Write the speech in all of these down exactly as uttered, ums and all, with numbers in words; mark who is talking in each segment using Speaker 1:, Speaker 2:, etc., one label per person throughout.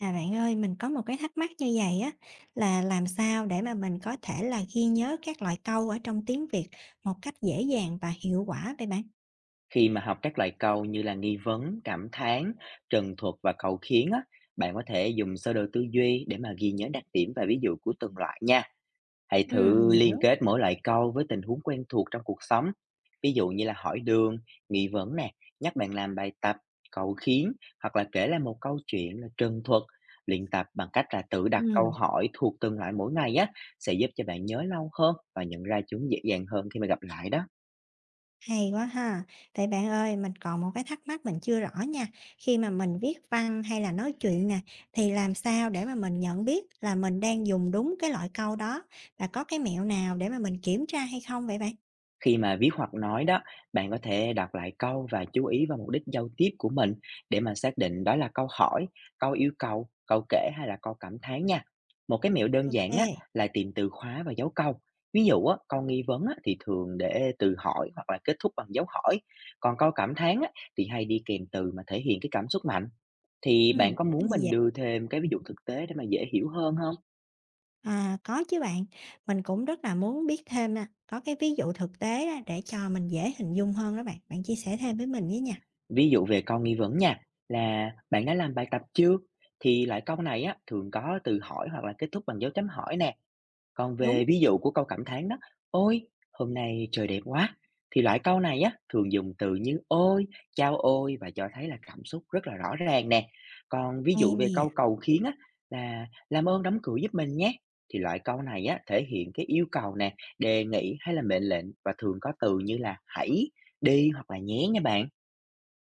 Speaker 1: À bạn ơi, mình có một cái thắc mắc như vậy á, là làm sao để mà mình có thể là ghi nhớ các loại câu ở trong tiếng Việt một cách dễ dàng và hiệu quả vậy bạn?
Speaker 2: Khi mà học các loại câu như là nghi vấn, cảm thán, trần thuật và cầu khiến á, bạn có thể dùng sơ đồ tư duy để mà ghi nhớ đặc điểm và ví dụ của từng loại nha. Hãy
Speaker 1: Ừ, mình
Speaker 2: thử liên
Speaker 1: hiểu.
Speaker 2: kết mỗi loại câu với tình huống quen thuộc trong cuộc sống. Ví dụ như là hỏi đường, nghi vấn nè, nhắc bạn làm bài tập, cầu khiến hoặc là kể lại một câu chuyện là trần thuật. Luyện tập bằng cách là tự đặt câu
Speaker 1: Ừ,
Speaker 2: hỏi thuộc từng loại mỗi ngày á sẽ giúp cho bạn nhớ lâu hơn và nhận ra chúng dễ dàng hơn khi mà gặp lại đó.
Speaker 1: hay quá ha. Vậy bạn ơi, mình còn một cái thắc mắc mình chưa rõ nha. Khi mà mình viết văn hay là nói chuyện nè, thì làm sao để mà mình nhận biết là mình đang dùng đúng cái loại câu đó và có cái mẹo nào để mà mình kiểm tra hay không vậy bạn?
Speaker 2: Khi mà viết hoặc nói đó, bạn có thể đọc lại câu và chú ý vào mục đích giao tiếp của mình để mà xác định đó là câu hỏi, câu yêu cầu, câu kể hay là câu cảm thán nha. Một cái mẹo đơn giản á,
Speaker 1: Ok.
Speaker 2: là tìm từ khóa và dấu câu. Ví dụ á, câu nghi vấn á, thì thường để từ hỏi hoặc là kết thúc bằng dấu hỏi. Còn câu cảm thán á, thì hay đi kèm từ mà thể hiện cái cảm xúc mạnh. Thì
Speaker 1: Ừ,
Speaker 2: bạn có
Speaker 1: cái
Speaker 2: muốn
Speaker 1: này dễ.
Speaker 2: mình đưa thêm cái ví dụ thực tế để mà dễ hiểu hơn không?
Speaker 1: À, có chứ bạn, mình cũng rất là muốn biết thêm á, có cái ví dụ thực tế á, để cho mình dễ hình dung hơn đó bạn, bạn chia sẻ thêm với mình với nha.
Speaker 2: Ví dụ về câu nghi vấn nha, là "Bạn đã làm bài tập chưa?" Thì loại câu này á, thường có từ hỏi hoặc là kết thúc bằng dấu chấm hỏi nè. Còn
Speaker 1: Đúng,
Speaker 2: về ví dụ của câu cảm thán đó, "Ôi, hôm nay trời đẹp quá!" Thì loại câu này á, thường dùng từ như "Ôi", "Chao ôi" và cho thấy là cảm xúc rất là rõ ràng nè. Còn ví
Speaker 1: hay
Speaker 2: dụ về câu
Speaker 1: nè,
Speaker 2: cầu khiến á, là "Làm ơn đóng cửa giúp mình nhé!" Thì loại câu này á, thể hiện cái yêu cầu nè, đề nghị hay là mệnh lệnh và thường có từ như là "Hãy", "Đi" hoặc là "Nhé" nha bạn.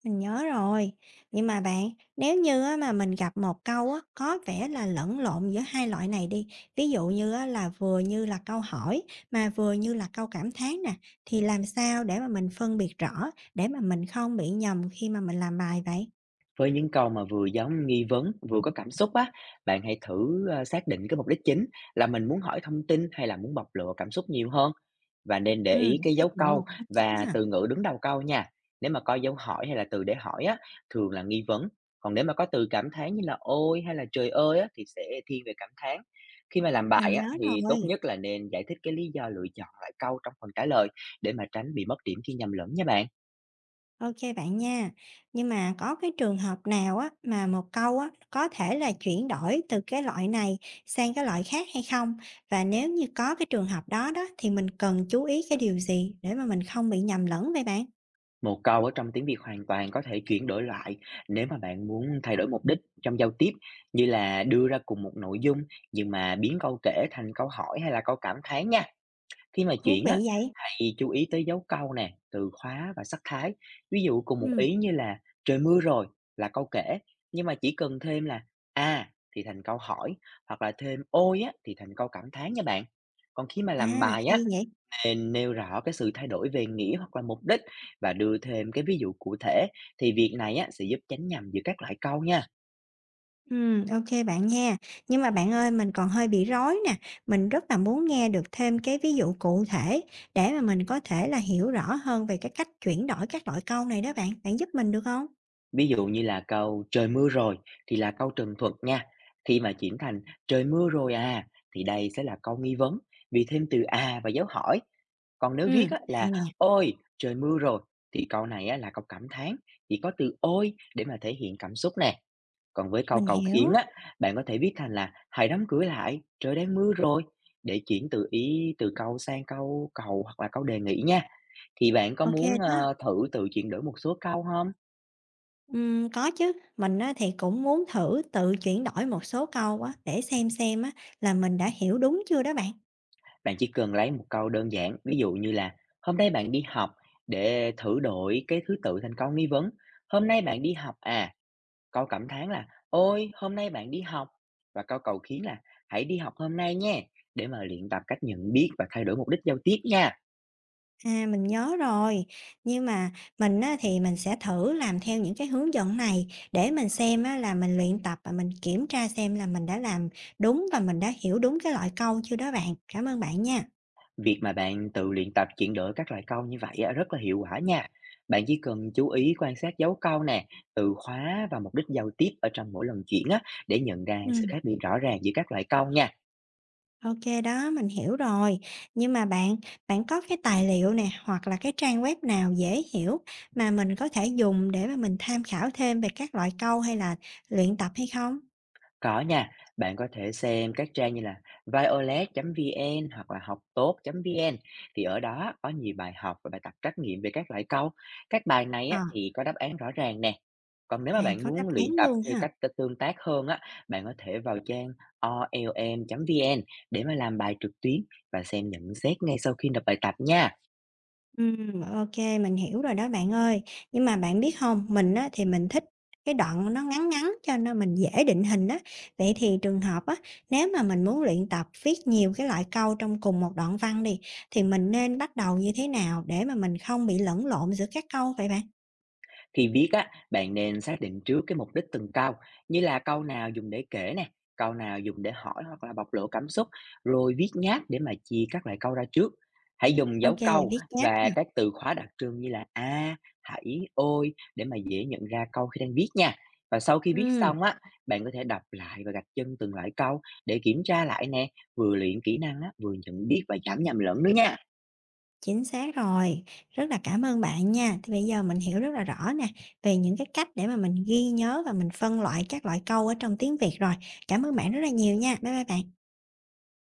Speaker 1: mình nhớ rồi. Nhưng mà bạn, nếu như á, mà mình gặp một câu á, có vẻ là lẫn lộn giữa hai loại này đi, ví dụ như á, là vừa như là câu hỏi mà vừa như là câu cảm thán nè, thì làm sao để mà mình phân biệt rõ, để mà mình không bị nhầm khi mà mình làm bài vậy?
Speaker 2: Với những câu mà vừa giống nghi vấn, vừa có cảm xúc á, bạn hãy thử, ơ, xác định cái mục đích chính là mình muốn hỏi thông tin hay là muốn bộc lộ cảm xúc nhiều hơn. Và nên để ý
Speaker 1: Ừ,
Speaker 2: cái
Speaker 1: xác
Speaker 2: dấu
Speaker 1: định
Speaker 2: câu
Speaker 1: mục đích chính
Speaker 2: và
Speaker 1: hả?
Speaker 2: từ ngữ đứng đầu câu nha. Nếu mà có dấu hỏi hay là từ để hỏi á, thường là nghi vấn. Còn nếu mà có từ cảm thán như là "Ôi!" hay là "Trời ơi!" á, thì sẽ thiên về cảm thán. Khi mà làm
Speaker 1: Mình
Speaker 2: bài
Speaker 1: nhớ
Speaker 2: á, thì tốt
Speaker 1: rồi.
Speaker 2: nhất là nên giải thích cái lý do lựa chọn lại câu trong phần trả lời để mà tránh bị mất điểm khi nhầm lẫn nha bạn.
Speaker 1: Ok bạn nha. Nhưng mà có cái trường hợp nào á, mà một câu á, có thể là chuyển đổi từ cái loại này sang cái loại khác hay không? Và nếu như có cái trường hợp đó đó, thì mình cần chú ý cái điều gì để mà mình không bị nhầm lẫn vậy bạn?
Speaker 2: Một câu ở trong tiếng Việt hoàn toàn có thể chuyển đổi lại nếu mà bạn muốn thay đổi mục đích trong giao tiếp, như là đưa ra cùng một nội dung nhưng mà biến câu kể thành câu hỏi hay là câu cảm thán nha. Khi mà
Speaker 1: Thú
Speaker 2: chuyển á,
Speaker 1: vị vậy!
Speaker 2: hãy chú ý tới dấu câu nè, từ khóa và sắc thái. Ví dụ cùng một
Speaker 1: Ừm,
Speaker 2: ý như là trời mưa rồi là câu kể, nhưng mà chỉ cần thêm là à thì thành câu hỏi hoặc là thêm ôi á thì thành câu cảm thán nha bạn. Còn khi mà
Speaker 1: à,
Speaker 2: làm bài á,
Speaker 1: hay vậy!
Speaker 2: nên nêu rõ cái sự thay đổi về nghĩa hoặc là mục đích và đưa thêm cái ví dụ cụ thể thì việc này á, sẽ giúp tránh nhầm giữa các loại câu nha.
Speaker 1: Ừm, ô, bạn nha. Nhưng mà bạn ơi, mình còn hơi bị rối nè, mình rất là muốn nghe được thêm cái ví dụ cụ thể để mà mình có thể là hiểu rõ hơn về cái cách chuyển đổi các loại câu này đó bạn. Bạn giúp mình được không?
Speaker 2: Ví dụ như là câu trời mưa rồi thì là câu trần thuật nha. Khi mà chuyển thành trời mưa rồi à thì đây sẽ là câu nghi vấn vì thêm từ à và dấu hỏi. Còn nếu viết
Speaker 1: Ừm,
Speaker 2: á,
Speaker 1: hay
Speaker 2: là
Speaker 1: nè.
Speaker 2: ôi trời mưa rồi thì câu này á, là câu cảm thán chỉ có từ ôi để mà thể hiện cảm xúc nè. Còn với câu
Speaker 1: Mình
Speaker 2: cầu khiến
Speaker 1: hiểu,
Speaker 2: á, bạn có thể viết thành là "Hãy đóng cửa lại, trời đang mưa rồi" để chuyển từ ý từ câu sang câu cầu hoặc là câu đề nghị nha. Thì bạn có
Speaker 1: ok
Speaker 2: muốn,
Speaker 1: đó.
Speaker 2: ờ, thử tự chuyển đổi một số câu không?
Speaker 1: Ừm, có chứ, mình á thì cũng muốn thử tự chuyển đổi một số câu á, để xem xem á là mình đã hiểu đúng chưa đó bạn.
Speaker 2: Bạn chỉ cần lấy một câu đơn giản, ví dụ như là "Hôm nay bạn đi học" để thử đổi cái thứ tự thành câu nghi vấn. "Hôm nay bạn đi học à?" Câu cảm thán là "Ôi, hôm nay bạn đi học" và câu cầu khiến là "Hãy đi học hôm nay nhé" để mà luyện tập cách nhận biết và thay đổi mục đích giao tiếp nha.
Speaker 1: À, mình nhớ rồi, nhưng mà mình á thì mình sẽ thử làm theo những cái hướng dẫn này để mình xem á là mình luyện tập và mình kiểm tra xem là mình đã làm đúng và mình đã hiểu đúng cái loại câu chưa đó bạn. Cảm ơn bạn nha.
Speaker 2: Việc mà bạn tự luyện tập chuyển đổi các loại câu như vậy á, rất là hiệu quả nha. Bạn chỉ cần chú ý quan sát dấu câu nè, từ khóa và mục đích giao tiếp ở trong mỗi lần chuyển á, để nhận ra sự
Speaker 1: Ừm.
Speaker 2: khác biệt rõ ràng giữa các loại câu nha.
Speaker 1: OK, đó, mình hiểu rồi. Nhưng mà bạn, bạn có cái tài liệu nè, hoặc là cái trang web nào dễ hiểu mà mình có thể dùng để mà mình tham khảo thêm về các loại câu hay là luyện tập hay không?
Speaker 2: Có nha, bạn có thể xem các trang như là violet chấm vn hoặc là học tốt chấm vn thì ở đó có nhiều bài học và bài tập trắc nghiệm về các loại câu. Các bài này
Speaker 1: Ờ,
Speaker 2: á, thì có đáp án rõ ràng nè. Còn nếu mà
Speaker 1: à,
Speaker 2: bạn
Speaker 1: có đáp
Speaker 2: muốn luyện
Speaker 1: án
Speaker 2: tập
Speaker 1: luôn
Speaker 2: theo
Speaker 1: ha.
Speaker 2: cách t- tương tác hơn á, bạn có thể vào trang olm chấm vn để mà làm bài trực tuyến và xem nhận xét ngay sau khi nộp bài tập nha.
Speaker 1: Ừm, ô, mình hiểu rồi đó bạn ơi. Nhưng mà bạn biết không, mình á thì mình thích cái đoạn nó ngắn ngắn cho nên mình dễ định hình á. Vậy thì trường hợp á, nếu mà mình muốn luyện tập viết nhiều cái loại câu trong cùng một đoạn văn đi, thì mình nên bắt đầu như thế nào để mà mình không bị lẫn lộn giữa các câu vậy bạn?
Speaker 2: Khi viết á, bạn nên xác định trước cái mục đích từng câu, như là câu nào dùng để kể nè, câu nào dùng để hỏi hoặc là bộc lộ cảm xúc, rồi viết nháp để mà chia các loại câu ra trước. Hãy dùng dấu
Speaker 1: Ok,
Speaker 2: câu
Speaker 1: viết nháp ha.
Speaker 2: và các từ khóa đặc trưng như là a, hãy, ôi để mà dễ nhận ra câu khi đang viết nha. Và sau khi viết xong á, bạn có thể đọc lại và gạch chân từng loại câu để kiểm tra lại nè, vừa luyện kỹ năng á, vừa nhận biết và giảm nhầm lẫn nữa nha.
Speaker 1: Chính xác rồi. Rất là cảm ơn bạn nha. Thì bây giờ mình hiểu rất là rõ nè, về những cái cách để mà mình ghi nhớ và mình phân loại các loại câu ở trong tiếng Việt rồi. Cảm ơn bạn rất là nhiều nha. Bye bye bạn.